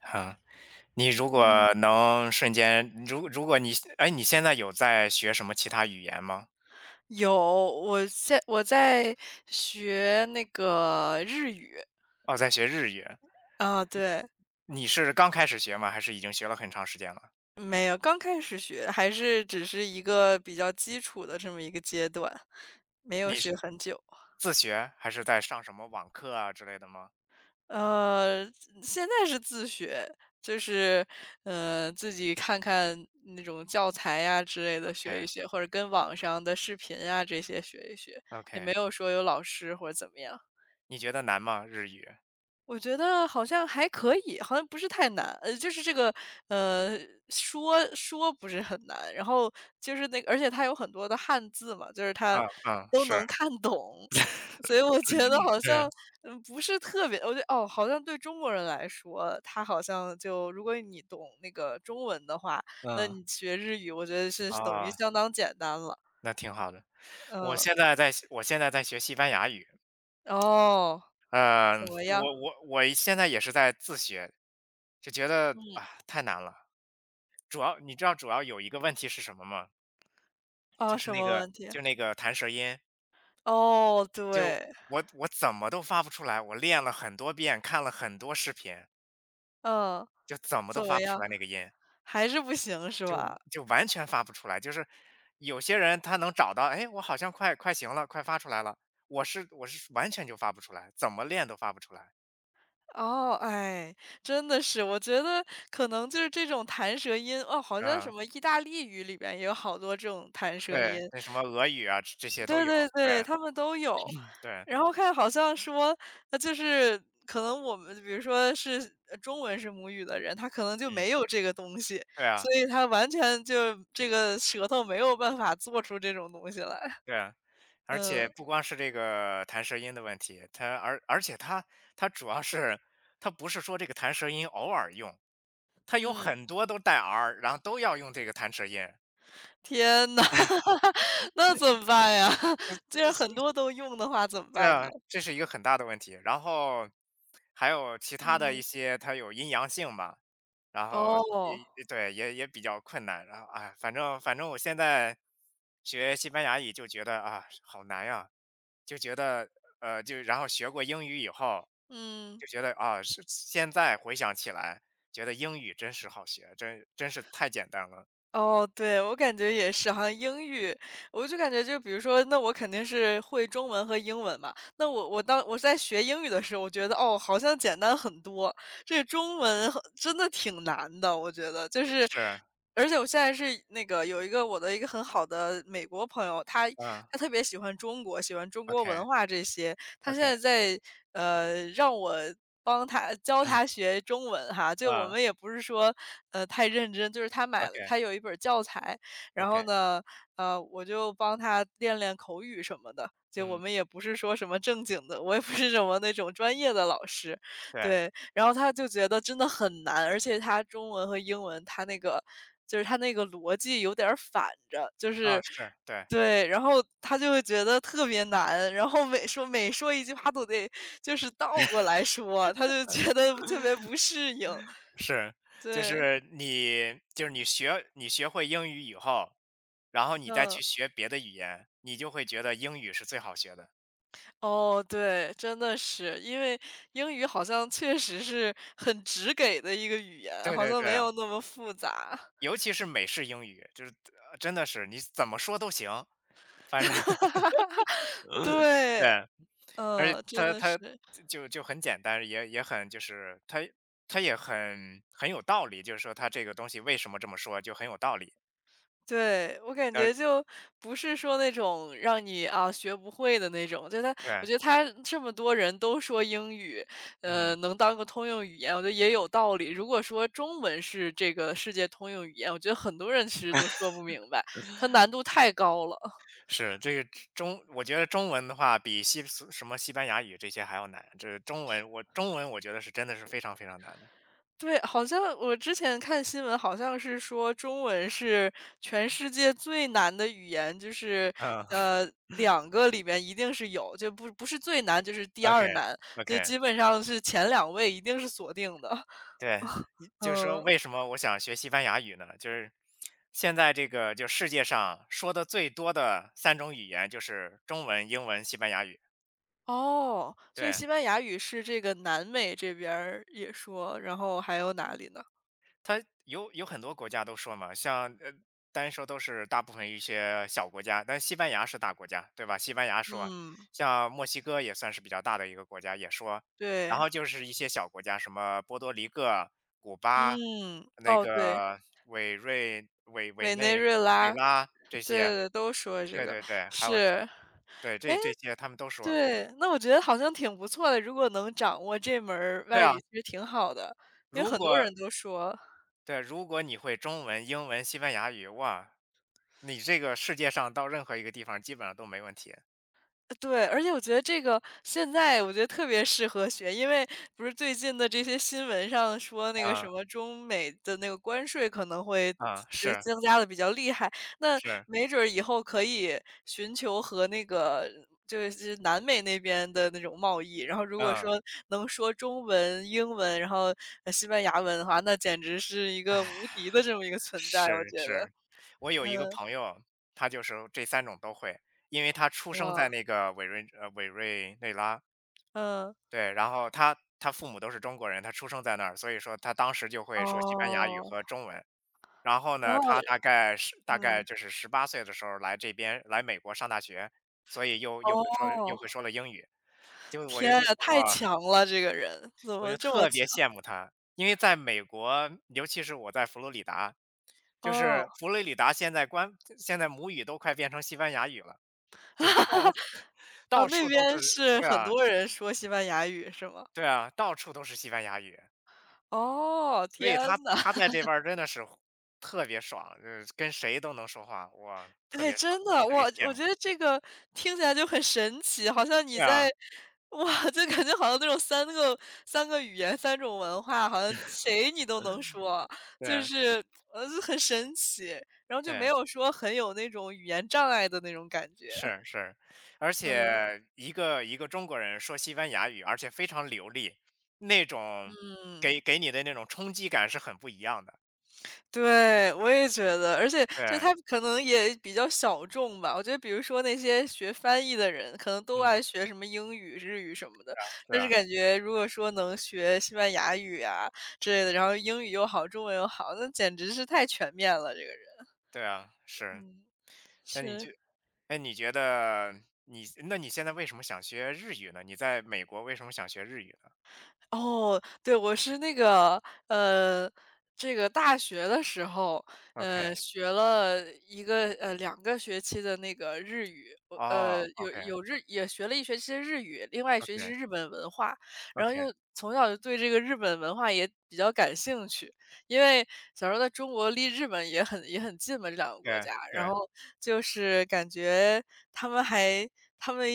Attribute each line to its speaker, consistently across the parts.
Speaker 1: 哈，你如
Speaker 2: 嗯，
Speaker 1: 果能瞬间如如果你哎，你现在有在学什么其他语言吗？
Speaker 2: 有，我在学那个日语，
Speaker 1: 哦，在学日语。
Speaker 2: 啊，对，
Speaker 1: 你是刚开始学吗？还是已经学了很长时间了？
Speaker 2: 没有，刚开始学，还是只是一个比较基础的这么一个阶段，没有
Speaker 1: 你
Speaker 2: 学
Speaker 1: 是
Speaker 2: 很久。
Speaker 1: 自学还是在上什么网课啊之类的吗
Speaker 2: 呃，现在是自学，就是自己看看那种教材呀之类的学一
Speaker 1: ？OK，
Speaker 2: 学，或者跟网上的视频啊这些学一学，也没
Speaker 1: OK，
Speaker 2: 有说有老师或者怎么样。
Speaker 1: 你觉得难吗？日语？
Speaker 2: 我觉得好像还可以，好像不是太难，就是这个，呃，说说不是很难，然后就是那个而且它有很多的汉字嘛，就是它
Speaker 1: 嗯嗯，
Speaker 2: 都
Speaker 1: 是
Speaker 2: 能看懂，所以我觉得好像，
Speaker 1: 是，
Speaker 2: 不是特别我觉得哦，好像对中国人来说，他好像就如果你懂那个中文的话，那
Speaker 1: 嗯，
Speaker 2: 你学日语，我觉得是等于
Speaker 1: 啊，
Speaker 2: 相当简单了。
Speaker 1: 那挺好的。我
Speaker 2: 嗯，
Speaker 1: 现在在学我现在在学西班牙语，
Speaker 2: 哦，怎
Speaker 1: 嗯，
Speaker 2: 么样？
Speaker 1: 我现在也是在自学，就觉得啊太难了。主要你知道主要有一个问题是什么吗？
Speaker 2: 啊，
Speaker 1: 就是
Speaker 2: 什
Speaker 1: 那
Speaker 2: 么
Speaker 1: 个
Speaker 2: 问题？
Speaker 1: 就那个弹舌音。
Speaker 2: 哦，
Speaker 1: 就
Speaker 2: 对，
Speaker 1: 我怎么都发不出来，我练了很多遍，看了很多视频，
Speaker 2: 嗯。
Speaker 1: 就怎么
Speaker 2: 怎
Speaker 1: 都
Speaker 2: 么
Speaker 1: 发不出
Speaker 2: 样？
Speaker 1: 来那个音，
Speaker 2: 还是不行是
Speaker 1: 就
Speaker 2: 吧？
Speaker 1: 就完全发不出来。就是有些人他能找到，哎，我好像快行了，快发出来了。我是完全就发不出来，怎么练都发不出来。
Speaker 2: 哦，哎，真的是，我觉得可能就是这种弹舌音，哦，好像什
Speaker 1: 嗯，
Speaker 2: 么意大利语里边也有好多这种弹舌音，
Speaker 1: 对，那什么俄语啊，这些都
Speaker 2: 对
Speaker 1: 有。
Speaker 2: 对
Speaker 1: 对
Speaker 2: 对，他们都有。
Speaker 1: 对，
Speaker 2: 然后看好像说，就是可能我们比如说是中文是母语的人，他可能就
Speaker 1: 嗯，
Speaker 2: 没有这个东西，
Speaker 1: 对
Speaker 2: 所
Speaker 1: 啊。
Speaker 2: 以他完全就这个舌头没有办法做出这种东西来。
Speaker 1: 对啊，而
Speaker 2: 嗯
Speaker 1: 且不光是这个弹舌音的问题，它而且主要是它不是说这个弹舌音偶尔用，它有
Speaker 2: 嗯。
Speaker 1: 很多都带 R，然后都要用这个弹舌音。
Speaker 2: 天呐，那怎么办呀？这样很多都用的话怎么
Speaker 1: 对
Speaker 2: 办呢？
Speaker 1: 啊，这是一个很大的问题。然后还有其他的一
Speaker 2: 嗯。
Speaker 1: 些，它有阴阳性嘛，然后
Speaker 2: 哦。
Speaker 1: 也对也比较困难。然后啊，哎反正我现在学西班牙语就觉得啊好难呀，就觉得然后学过英语以后，
Speaker 2: 嗯，
Speaker 1: 就觉得啊是现在回想起来，觉得英语真是好学，真是太简单了。
Speaker 2: 哦，对，我感觉也是，好像英语，我就感觉就比如说，那我肯定是会中文和英文嘛，那当我在学英语的时候，我觉得，哦，好像简单很多，这中文很真的挺难的，我觉得，就是
Speaker 1: 是，
Speaker 2: 而且我现在是那个有一个我的一个很好的美国朋友，他
Speaker 1: 嗯
Speaker 2: 他特别喜欢中国，喜欢中国
Speaker 1: ，OK，
Speaker 2: 文化这些，他现
Speaker 1: OK，
Speaker 2: 在在让我帮他教他学中文哈，就我
Speaker 1: 嗯
Speaker 2: 们也不是说太认真，就是他买了
Speaker 1: ，OK，
Speaker 2: 他有一本教材，然后
Speaker 1: OK，
Speaker 2: 呢我就帮他练练口语什么的。就我
Speaker 1: 嗯，
Speaker 2: 们也不是说什么正经的，我也不是什么那种专业的老师，
Speaker 1: 对，
Speaker 2: 对。然后他就觉得真的很难，而且他中文和英文他那个就是他那个逻辑有点儿反着，就
Speaker 1: 啊
Speaker 2: 是
Speaker 1: 是，对。
Speaker 2: 对，然后他就会觉得特别难，然后每说一句话都得就是倒过来说，他就觉得特别不适应。
Speaker 1: 是，就
Speaker 2: 对，
Speaker 1: 是你就是你学你学会英语以后，然后你再
Speaker 2: 嗯，
Speaker 1: 去学别的语言，你就会觉得英语是最好学的。
Speaker 2: 哦，对，真的是，因为英语好像确实是很直给的一个语言，
Speaker 1: 对
Speaker 2: 好
Speaker 1: 对
Speaker 2: 像没
Speaker 1: 对，
Speaker 2: 有那么复杂。
Speaker 1: 尤其是美式英语，就是真的是你怎么说都行，反正 对，
Speaker 2: 对，
Speaker 1: 而且
Speaker 2: 嗯，真
Speaker 1: 它
Speaker 2: 的
Speaker 1: 它
Speaker 2: 是。
Speaker 1: 就很简单，也很就是它也很有道理，就是说它这个东西为什么这么说就很有道理。
Speaker 2: 对，我感
Speaker 1: 但
Speaker 2: 觉
Speaker 1: 是
Speaker 2: 就不是说那种让你啊学不会的那种，就他，我
Speaker 1: 对，
Speaker 2: 觉得他这么多人都说英语，
Speaker 1: 嗯。
Speaker 2: 能当个通用语言，我觉得也有道理。如果说中文是这个世界通用语言，我觉得很多人其实都说不明白，它难度太高了。
Speaker 1: 是，这个我觉得中文的话比西什么西班牙语这些还要难，这中文我中文我觉得是真的是非常非常难的。
Speaker 2: 对，好像我之前看新闻，好像是说中文是全世界最难的语言，就是
Speaker 1: 嗯
Speaker 2: 呃，两个里面一定是有，就不是最难，就是第二难，就
Speaker 1: ，OK，OK，
Speaker 2: 基本上是前两位一定是锁定的。
Speaker 1: 对，就是说
Speaker 2: 嗯，
Speaker 1: 为什么我想学西班牙语呢？就是现在这个就世界上说的最多的三种语言就是中文、英文、西班牙语。
Speaker 2: 哦，所以
Speaker 1: 对，
Speaker 2: 西班牙语是这个南美这边儿也说，然后还有哪里呢？
Speaker 1: 它有很多国家都说嘛，像单说都是大部分一些小国家，但西班牙是大国家，对吧？西班牙说，
Speaker 2: 嗯，
Speaker 1: 像墨西哥也算是比较大的一个国家，也说，然
Speaker 2: 对，
Speaker 1: 后就是一些小国家，什么波多黎各、古巴、
Speaker 2: 嗯，
Speaker 1: 那
Speaker 2: 哦，对，
Speaker 1: 个委瑞、委委
Speaker 2: 委
Speaker 1: 内
Speaker 2: 内瑞拉，
Speaker 1: 瑞拉这
Speaker 2: 对
Speaker 1: 些，
Speaker 2: 对，都说这
Speaker 1: 对
Speaker 2: 个，
Speaker 1: 对对，还有是
Speaker 2: 是。
Speaker 1: 对这些他们都说，
Speaker 2: 对，那我觉得好像挺不错的，如果能掌握这门儿
Speaker 1: 对
Speaker 2: 外语
Speaker 1: 啊，
Speaker 2: 其实挺好的，因为
Speaker 1: 如
Speaker 2: 很多
Speaker 1: 果
Speaker 2: 人都说
Speaker 1: 对，如果你会中文、英文、西班牙语，哇，你这个世界上到任何一个地方基本上都没问题。
Speaker 2: 对，而且我觉得这个现在我觉得特别适合学，因为不是最近的这些新闻上说那个什
Speaker 1: 嗯，
Speaker 2: 么中美的那个关税可能会
Speaker 1: 嗯，
Speaker 2: 增
Speaker 1: 是，
Speaker 2: 增加的比较厉害，那
Speaker 1: 是，
Speaker 2: 没准儿以后可以寻求和那个就是南美那边的那种贸易，然后如果
Speaker 1: 嗯，
Speaker 2: 说能说中文、英文，然后，西班牙文的话，那简直是一
Speaker 1: 唉，
Speaker 2: 个无敌的这么一个存在，我
Speaker 1: 是，
Speaker 2: 觉得。
Speaker 1: 是。我有一个
Speaker 2: 嗯，
Speaker 1: 朋友，他就是这三种都会，因为他出生
Speaker 2: 哇，
Speaker 1: 在那个委瑞内拉，
Speaker 2: 嗯，
Speaker 1: 对，然后他父母都是中国人，他出生在那儿，所以说他当时就会说西班牙语
Speaker 2: 哦，
Speaker 1: 和中文。然后呢，他
Speaker 2: 后
Speaker 1: 大概
Speaker 2: 嗯。
Speaker 1: 就是18岁的时候来这边来美国上大学，所以又
Speaker 2: 哦，
Speaker 1: 会说了英语。就我就
Speaker 2: 天
Speaker 1: 就
Speaker 2: 啊，太
Speaker 1: 哇。
Speaker 2: 强了这个人，怎
Speaker 1: 我
Speaker 2: 么
Speaker 1: 就
Speaker 2: 这么
Speaker 1: 特
Speaker 2: 强
Speaker 1: 别 羡慕他，因为在美国，尤其是我在佛罗里达，就
Speaker 2: 哦，
Speaker 1: 是佛罗里达现在母语都快变成西班牙语了，就到
Speaker 2: 啊？
Speaker 1: 到
Speaker 2: 那
Speaker 1: 处都是，
Speaker 2: 边是
Speaker 1: 对
Speaker 2: 很
Speaker 1: 啊，
Speaker 2: 多人说西班牙语是吗？
Speaker 1: 对啊，到处都是西班牙语，
Speaker 2: 哦，
Speaker 1: 所以
Speaker 2: 天
Speaker 1: 他
Speaker 2: 呐，
Speaker 1: 他在这边儿真的是特别爽，就是跟谁都能说话，哇，特
Speaker 2: 哎，
Speaker 1: 别爽，
Speaker 2: 真的，
Speaker 1: 特
Speaker 2: 我
Speaker 1: 别羡
Speaker 2: 我
Speaker 1: 慕，
Speaker 2: 觉得这个听起来就很神奇，好像你
Speaker 1: 对啊，
Speaker 2: 在哇，就感觉好像那种三个语言、三种文化，好像谁你都能说，
Speaker 1: 对，
Speaker 2: 就
Speaker 1: 啊，
Speaker 2: 是，就很神奇，然后就没
Speaker 1: 对。
Speaker 2: 有说很有那种语言障碍的那种感觉，
Speaker 1: 是是，而
Speaker 2: 嗯
Speaker 1: 且一个中国人说西班牙语，而且非常流利，那种
Speaker 2: 嗯。
Speaker 1: 给你的那种冲击感是很不一样的。
Speaker 2: 对，我也觉得，而且就
Speaker 1: 对，
Speaker 2: 他可能也比较小众吧。我觉得比如说那些学翻译的人，可能都
Speaker 1: 嗯，
Speaker 2: 爱学什么英语、日语什么的，
Speaker 1: 是
Speaker 2: 但是
Speaker 1: 啊，
Speaker 2: 感觉如果说能学西班牙语啊之类的，然后英语又好，中文又好，那简直是太全面了，这个人。
Speaker 1: 对啊，是。
Speaker 2: 嗯，
Speaker 1: 那你
Speaker 2: 是。
Speaker 1: 觉，那你觉得你，那你现在为什么想学日语呢？你在美国为什么想学日语呢
Speaker 2: 哦，对，我是那个，呃，这个大学的时候，
Speaker 1: ？OK，
Speaker 2: 学了两个学期的那个日语，我
Speaker 1: 哦
Speaker 2: 有有日也学了一学期的日语，另外一学期是
Speaker 1: ，OK，OK，OK，
Speaker 2: 日本文化，然后又从小就对这个日本文化也比较感兴趣。因为小时候在中国离日本也很近嘛，这两个国
Speaker 1: 对
Speaker 2: 家，然
Speaker 1: 对，
Speaker 2: 后就是感觉他们还他们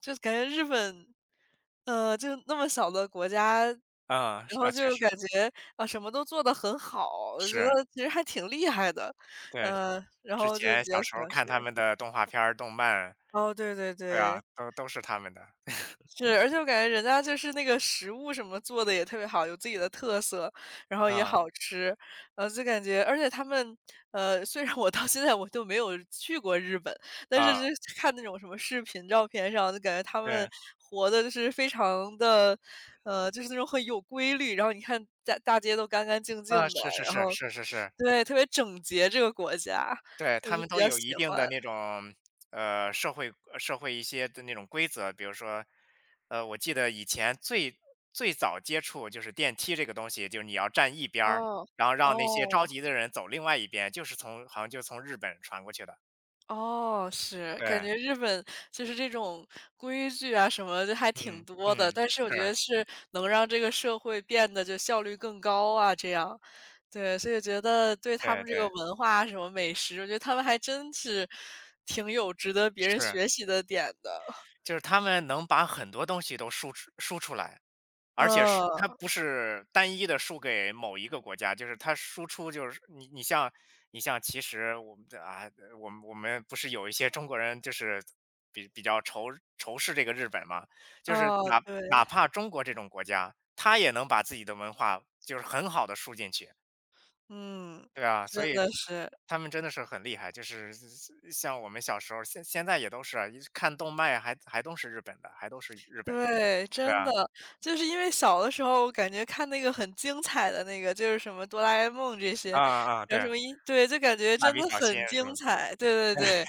Speaker 2: 就是感觉日本，就那么小的国家，
Speaker 1: 嗯，
Speaker 2: 然
Speaker 1: 是
Speaker 2: 后
Speaker 1: 啊，确
Speaker 2: 就
Speaker 1: 实
Speaker 2: 感觉，啊，什么都做得很好，我觉得
Speaker 1: 是，
Speaker 2: 其实还挺厉害的。
Speaker 1: 对，
Speaker 2: 然
Speaker 1: 之
Speaker 2: 后就
Speaker 1: 前
Speaker 2: 比较
Speaker 1: 小时候
Speaker 2: 想
Speaker 1: 看他
Speaker 2: 学
Speaker 1: 们的动画片儿、动漫，
Speaker 2: 哦，对对
Speaker 1: 对啊，
Speaker 2: 对。
Speaker 1: 都是他们的，
Speaker 2: 是，而且我感觉人家就是那个食物什么做的也特别好，有自己的特色，然后也
Speaker 1: 嗯。
Speaker 2: 好吃，然后就感觉而且他们，虽然我到现在我都没有去过日本，但是
Speaker 1: 啊，
Speaker 2: 就是看那种什么视频照片上，就感觉他们
Speaker 1: 对，
Speaker 2: 活的就是非常的，就是那种很有规律，然后你看大街都干干净
Speaker 1: 啊，
Speaker 2: 净的，
Speaker 1: 是是
Speaker 2: 然
Speaker 1: 是
Speaker 2: 后
Speaker 1: 是是是，
Speaker 2: 对，特别整洁这个国家，
Speaker 1: 对，
Speaker 2: 我就
Speaker 1: 他们
Speaker 2: 比
Speaker 1: 都
Speaker 2: 较
Speaker 1: 有
Speaker 2: 喜
Speaker 1: 一定
Speaker 2: 欢。
Speaker 1: 的那种，呃，社会一些的那种规则，比如说，呃，我记得以前最早接触就是电梯这个东西，就是你要站一边儿，
Speaker 2: 哦，
Speaker 1: 然后让那些着
Speaker 2: 哦。
Speaker 1: 急的人走另外一边，就是从好像就从日本传过去的。
Speaker 2: 哦，是，感
Speaker 1: 对，
Speaker 2: 觉日本就是这种规矩啊什么的还挺
Speaker 1: 嗯
Speaker 2: 多
Speaker 1: 嗯，
Speaker 2: 的，但是我觉得
Speaker 1: 是，
Speaker 2: 是能让这个社会变得就效率更高啊，这样。对，所以觉得对他
Speaker 1: 对
Speaker 2: 们这个
Speaker 1: 对
Speaker 2: 文化什么美食，我觉得他们还真是挺有值得别人
Speaker 1: 是，
Speaker 2: 学习的点的。
Speaker 1: 就是他们能把很多东西都输出来。而且是
Speaker 2: 嗯，
Speaker 1: 它不是单一的输给某一个国家，就是它输出就是你你像你像其实我们的啊，我们不是有一些中国人就是比较仇视这个日本嘛，就是
Speaker 2: 哦，
Speaker 1: 哪
Speaker 2: 对，
Speaker 1: 哪怕中国这种国家，他也能把自己的文化就是很好的输进去，
Speaker 2: 嗯，
Speaker 1: 对啊，
Speaker 2: 真
Speaker 1: 所以
Speaker 2: 的是。
Speaker 1: 他们真的是很厉害，就是像我们小时候现在也都是啊，看动漫还都是日本的，
Speaker 2: 对，
Speaker 1: 对
Speaker 2: 真的，
Speaker 1: 啊，
Speaker 2: 就是因为小的时候感觉看那个很精彩的那个，就是什么哆啦 A 梦这些，
Speaker 1: 啊啊，
Speaker 2: 然后什
Speaker 1: 对，
Speaker 2: 么一对，就感觉
Speaker 1: 蜡
Speaker 2: 真
Speaker 1: 笔
Speaker 2: 的
Speaker 1: 小新
Speaker 2: 很
Speaker 1: 什
Speaker 2: 精
Speaker 1: 么
Speaker 2: 彩，对对对。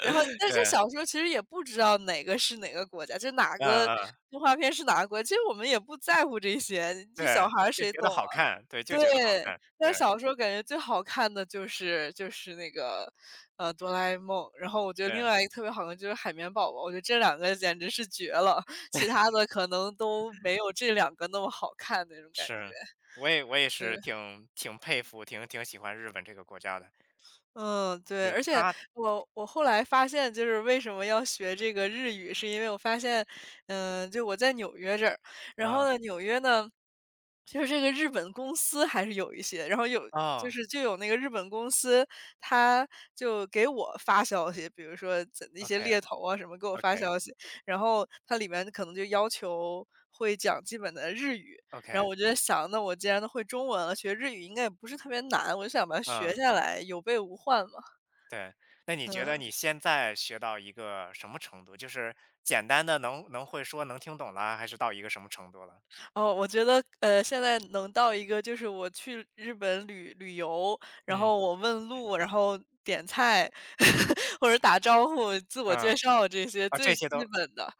Speaker 2: 然后，但是
Speaker 1: 对，
Speaker 2: 小时候其实也不知道哪个是哪个国家，就哪个
Speaker 1: 嗯嗯，
Speaker 2: 动画片是哪个国家，其实我们也不在乎这些，这小
Speaker 1: 对，
Speaker 2: 孩儿
Speaker 1: 就
Speaker 2: 谁
Speaker 1: 觉
Speaker 2: 懂
Speaker 1: 得好
Speaker 2: 啊？
Speaker 1: 看，对，就
Speaker 2: 对，
Speaker 1: 觉得好看，
Speaker 2: 但
Speaker 1: 对
Speaker 2: 小时候感觉最好看的就是那个，哆啦 A 梦，然后我觉得另
Speaker 1: 对，
Speaker 2: 外一个特别好看就是海绵宝宝，我觉得这两个简直是绝了，其他的可能都没有这两个那么好看那种感
Speaker 1: 是。
Speaker 2: 觉，
Speaker 1: 我也是
Speaker 2: 嗯。
Speaker 1: 挺佩服，挺喜欢日本这个国家的，
Speaker 2: 嗯，对，
Speaker 1: 就
Speaker 2: 而且
Speaker 1: 他，
Speaker 2: 我后来发现，就是为什么要学这个日语，是因为我发现，就我在纽约这儿，然后
Speaker 1: 嗯，
Speaker 2: 呢，纽约呢，就是这个日本公司还是有一些，然后有
Speaker 1: 哦
Speaker 2: 就有那个日本公司，他就给我发消息，比如说一些
Speaker 1: ，OK，
Speaker 2: 猎头啊什么给我
Speaker 1: OK，
Speaker 2: 发消息，然后它里面可能就要求会讲基本的日语，然后
Speaker 1: OK，
Speaker 2: 我就在想，那我既然都会中文了，学日语应该也不是特别难，我就想把它学
Speaker 1: 嗯，
Speaker 2: 下来，有备无患嘛。
Speaker 1: 对。那你觉得
Speaker 2: 嗯，
Speaker 1: 你现在学到一个什么程度？就是简单的能会说能听懂了，还是到一个什么程度了？
Speaker 2: 哦，我觉得现在能到一个就是我去日本旅游，然
Speaker 1: 嗯，
Speaker 2: 后我问路，然后点菜 或者打招呼、自我介
Speaker 1: 嗯，
Speaker 2: 绍这些
Speaker 1: 啊，
Speaker 2: 最
Speaker 1: 这
Speaker 2: 基
Speaker 1: 些都
Speaker 2: 本的，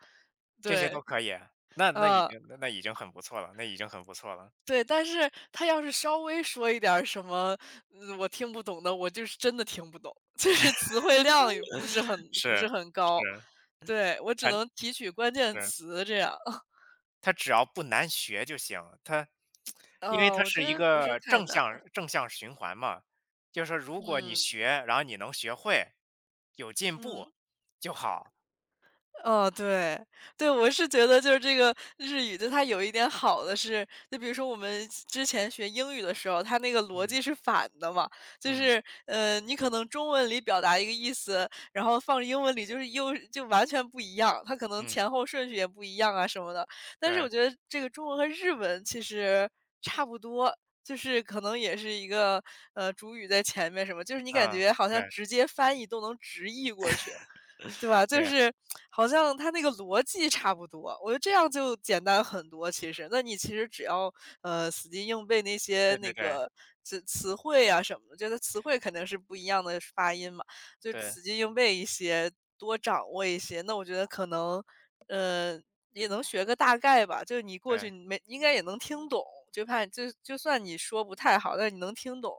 Speaker 1: 这些
Speaker 2: 对，
Speaker 1: 都可以啊，那那已
Speaker 2: 嗯。
Speaker 1: 经那那已经很不错了，那已经很不错了，
Speaker 2: 对，但是他要是稍微说一点儿什么，我听不懂的，我就是真的听不懂，就是词汇量也不是很 不
Speaker 1: 是
Speaker 2: 是很
Speaker 1: 是，
Speaker 2: 高。对，我只能提取关键
Speaker 1: 对，
Speaker 2: 词这样。
Speaker 1: 他只要不难学就行，因为它
Speaker 2: 我觉
Speaker 1: 是一
Speaker 2: 得不是
Speaker 1: 个
Speaker 2: 太
Speaker 1: 正
Speaker 2: 难，
Speaker 1: 向正向循环嘛，就是说如果你
Speaker 2: 嗯，
Speaker 1: 学，然后你能学会，有进
Speaker 2: 嗯。
Speaker 1: 步就好。
Speaker 2: 哦，对，对，我是觉得就是这个日语，就它有一点好的是，就比如说我们之前学英语的时候，它那个逻
Speaker 1: 嗯
Speaker 2: 辑是反的嘛，就
Speaker 1: 嗯
Speaker 2: 是你可能中文里表达一个意思，然后放英文里就是又就完全不一样，它可能
Speaker 1: 嗯，
Speaker 2: 前后顺序也不一样啊什么的。但是我
Speaker 1: 对，
Speaker 2: 觉得这个中文和日文其实差不多。就是可能也是一个主语在前面什么，就是你感
Speaker 1: 嗯，
Speaker 2: 觉好像
Speaker 1: 对
Speaker 2: 直接翻译都能直译过去。对吧？就
Speaker 1: 对
Speaker 2: 是好像它那个逻辑差不多，我觉得这样就简单很多。其实，那你其实只要死记硬背那些
Speaker 1: 对
Speaker 2: 那
Speaker 1: 对对
Speaker 2: 个词汇啊什么的，觉得词汇肯定是不一样的发音嘛，就
Speaker 1: 对
Speaker 2: 死记硬背一些，多掌握一些。那我觉得可能呃也能学个大概吧。就是你过去
Speaker 1: 对
Speaker 2: 你没应该也能听懂，就怕就就算你说不太好，但你能听懂。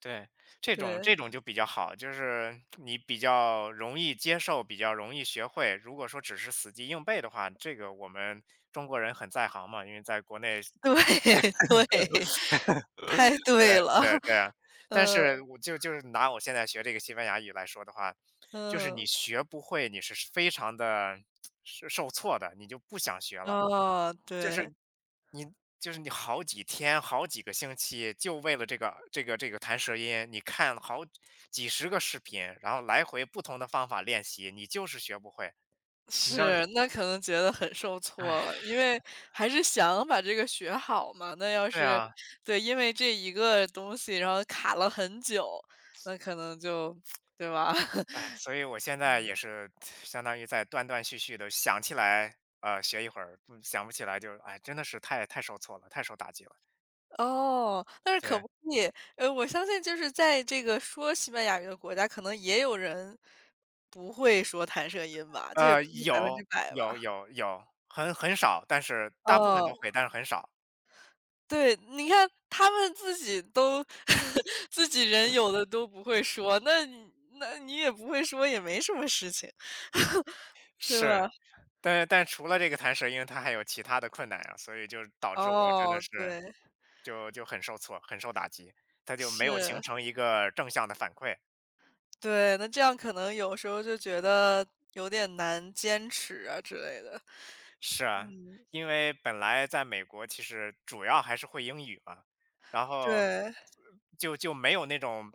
Speaker 1: 对，这种
Speaker 2: 对
Speaker 1: 这种就比较好，就是你比较容易接受，比较容易学会。如果说只是死记硬背的话，这个我们中国人很在行嘛，因为在国内
Speaker 2: 对 对，太
Speaker 1: 对
Speaker 2: 对了，
Speaker 1: 对 对，但
Speaker 2: 嗯。
Speaker 1: 是我就是拿我现在学这个西班牙语来说的话，就是你
Speaker 2: 嗯。
Speaker 1: 学不会，你是非常的是受挫的，你就不想学了。
Speaker 2: 哦，
Speaker 1: 就
Speaker 2: 对，
Speaker 1: 是你就是你好几天、好几个星期，就为了这个弹舌音，你看好几十个视频，然后来回不同的方法练习，你就是学不会，你知道？
Speaker 2: 是，那可能觉得很受
Speaker 1: 哎，
Speaker 2: 挫了，因为还是想把这个学好嘛，那要
Speaker 1: 对
Speaker 2: 是
Speaker 1: 啊。
Speaker 2: 对，因为这一个东西，然后卡了很久，那可能就 对吧？
Speaker 1: 哎，所以我现在也是相当于在断断续续的想起来，学一会儿，不想不起来就，哎，真的是太受挫了，太受打击了。
Speaker 2: 哦，但是可
Speaker 1: 对，
Speaker 2: 不可以，我相信就是在这个说西班牙语的国家，可能也有人不会说弹射音吧，这也不是百分之
Speaker 1: 有
Speaker 2: 百吧？
Speaker 1: 有有有，很少，但是大部分都
Speaker 2: 哦。
Speaker 1: 会，但是很少。
Speaker 2: 对，你看他们自己都 自己人有的都不会说，那你也不会说，也没什么事情，对
Speaker 1: 是，
Speaker 2: 吧？
Speaker 1: 但除了这个弹舌，因为它还有其他的困难啊，所以就导致我真的
Speaker 2: 哦，
Speaker 1: 是
Speaker 2: 对，
Speaker 1: 就很受挫，很受打击，它就没有形
Speaker 2: 是，
Speaker 1: 成一个正向的反馈。
Speaker 2: 对，那这样可能有时候就觉得有点难坚持啊之类的。
Speaker 1: 是啊，
Speaker 2: 嗯，
Speaker 1: 因为本来在美国其实主要还是会英语嘛，然后
Speaker 2: 对，
Speaker 1: 就没有那种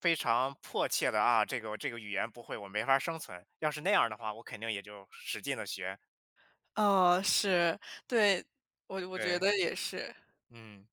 Speaker 1: 非常迫切的啊，这个语言不会，我没法生存。要是那样的话，我肯定也就使劲的学。
Speaker 2: 哦，是，对，我觉
Speaker 1: 对，
Speaker 2: 得也是。
Speaker 1: 嗯。